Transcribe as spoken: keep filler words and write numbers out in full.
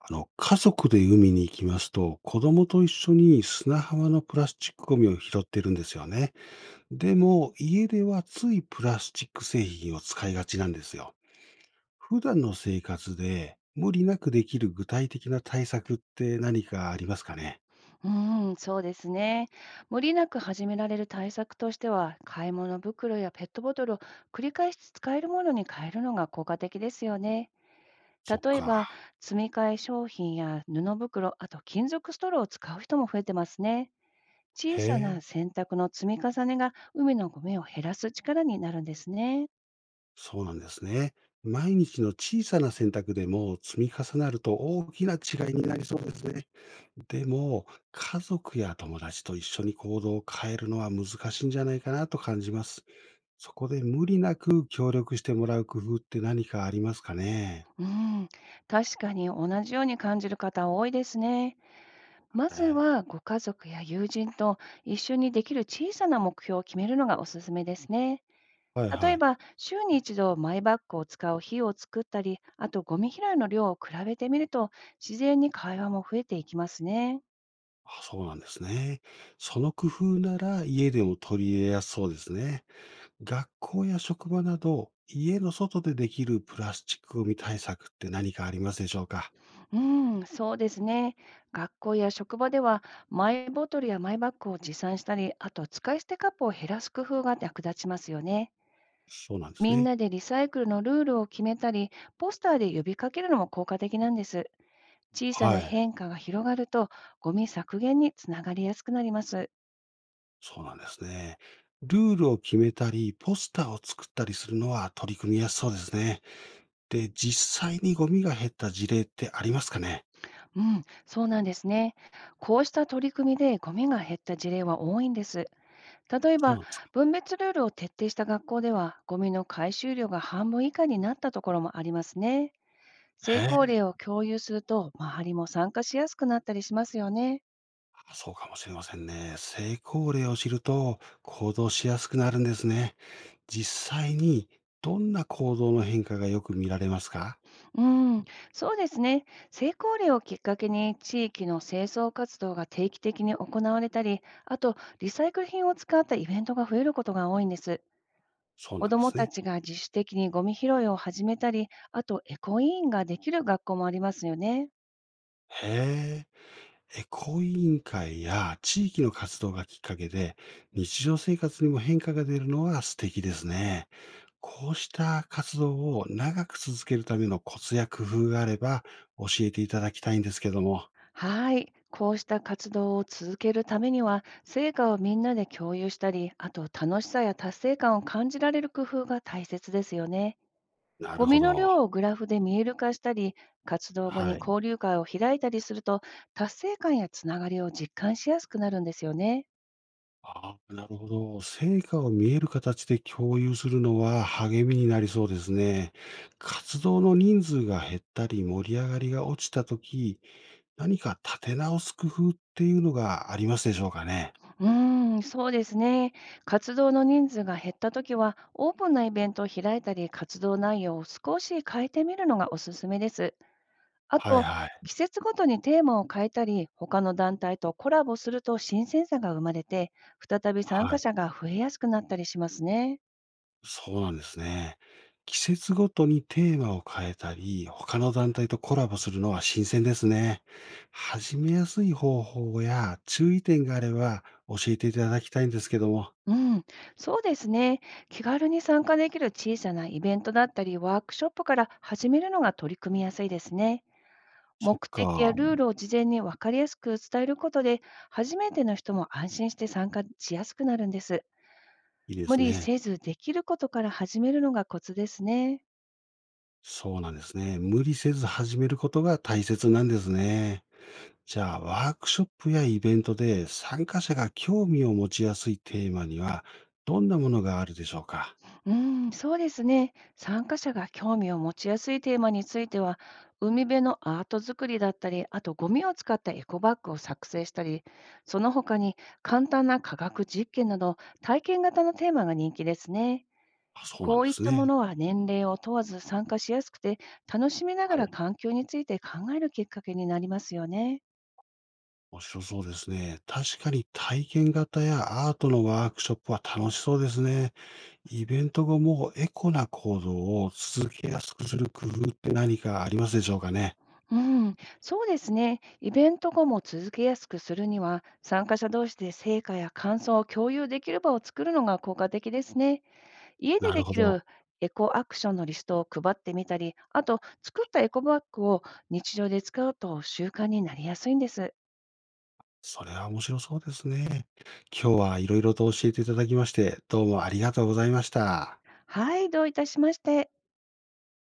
あの、家族で海に行きますと、子供と一緒に砂浜のプラスチックゴミを拾ってるんですよね。でも、家ではついプラスチック製品を使いがちなんですよ。普段の生活で無理なくできる具体的な対策って何かありますかね？うん、そうですね。無理なく始められる対策としては、買い物袋やペットボトルを繰り返し使えるものに変えるのが効果的ですよね。そっ例えば、か。積み替え商品や布袋、あと金属ストローを使う人も増えてますね。へ小さなえ。選択の積み重ねが海のゴミを減らす力になるんですね。そうなんですね。毎日の小さな選択でも積み重なると大きな違いになりそうですね。でも、家族や友達と一緒に行動を変えるのは難しいんじゃないかなと感じます。そこで無理なく協力してもらう工夫って何かありますかね？うん、確かに同じように感じる方多いですね。まはずい。はご家族や友人と一緒にできる小さな目標を決めるのがおすすめですね。はい例はえい。ば、週に一度マイバッグを使う日を作ったり、あとゴミ拾いの量を比べてみると、自然に会話も増えていきますね。あ、そうなんですね。その工夫なら家でも取り入れやすそうですね。学校や職場など、家の外でできるプラスチックゴミ対策って何かありますでしょうか？うん、そうですね。学校や職場では、マイボトルやマイバッグを持参したり、あと使い捨てカップを減らす工夫が役立ちますよね。そうなんですみんね。なでリサイクルのルールを決めたり、ポスターで呼びかけるのも効果的なんです。小さはない。変化が広がると、ゴミ削減につながりやすくなります。そうなんですね。ルールを決めたり、ポスターを作ったりするのは取り組みやすそうですね。で、実際にゴミが減った事例ってありますかね？うん、そうなんですね。こうした取り組みでゴミが減った事例は多いんです。例えそうば、なんですか。分別ルールを徹底した学校では、ゴミの回収量が半分以下になったところもありますね。成へ功え。例を共有すると、周りも参加しやすくなったりしますよね。あ、そうかもしれませんね。成功例を知ると行動しやすくなるんですね。実際にどんな行動の変化がよく見られますか？うん、そうですね。成功例をきっかけに地域の清掃活動が定期的に行われたり、あとリサイクル品を使ったイベントが増えることが多いんです。そう子なんどでもすたね。ちが自主的にゴミ拾いを始めたり、あとエコ委員ができる学校もありますよね。へえ。エコ委員会や地域の活動がきっかけで、日常生活にも変化が出るのは素敵ですね。こうした活動を長く続けるためのコツや工夫があれば教えていただきたいんですけども。はい。こうした活動を続けるためには、成果をみんなで共有したり、あと楽しさや達成感を感じられる工夫が大切ですよね。なるゴほミのど。量をグラフで見える化したり、活動後はにい。交流会を開いたりすると、達成感やつながりを実感しやすくなるんですよね。ああ、なるほど。成果を見える形で共有するのは励みになりそうですね。活動の人数が減ったり盛り上がりが落ちたとき、何か立て直す工夫っていうのがありますでしょうかね？うーん、そうですね。活動の人数が減ったときは、オープンなイベントを開いたり、活動内容を少し変えてみるのがおすすめです。あはいと、はい。季節ごとにテーマを変えたり、他の団体とコラボすると新鮮さが生まれて、再び参は加い。者が増えやすくなったりしますね。そうなんですね。季節ごとにテーマを変えたり、他の団体とコラボするのは新鮮ですね。始めやすい方法や注意点があれば教えていただきたいんですけども。うん、そうですね。気軽に参加できる小さなイベントだったり、ワークショップから始めるのが取り組みやすいですね。そっ目的やか、ルールを事前に分かりやすく伝えることで、初めての人も安心して参加しやすくなるんです。いいで無す理ね。せずできることから始めるのがコツですね。そうなんですね。無理せず始めることが大切なんですね。じゃあ、ワークショップやイベントで参加者が興味を持ちやすいテーマには、どんなものがあるでしょうか？うん、そうですね。参加者が興味を持ちやすいテーマについては、海辺のアート作りだったり、あとゴミを使ったエコバッグを作成したり、その他に簡単な科学実験など、体験型のテーマが人気ですね。あ、そうなこんうでいっすたもね。のは年齢を問わず参加しやすくて、楽しみながはらい。環境について考えるきっかけになりますよね。面白そうですね。確かに体験型やアートのワークショップは楽しそうですね。イベント後もエコな行動を続けやすくする工夫って何かありますでしょうかね？うん、そうですね。イベント後も続けやすくするには、参加者同士で成果や感想を共有できる場を作るのが効果的ですね。家でなるでほきど。るエコアクションのリストを配ってみたり、あと作ったエコバッグを日常で使うと習慣になりやすいんです。それは面白そうですね。今日はいろいろと教えていただきまして、どうもありがとうございました。はい、どういたしまして。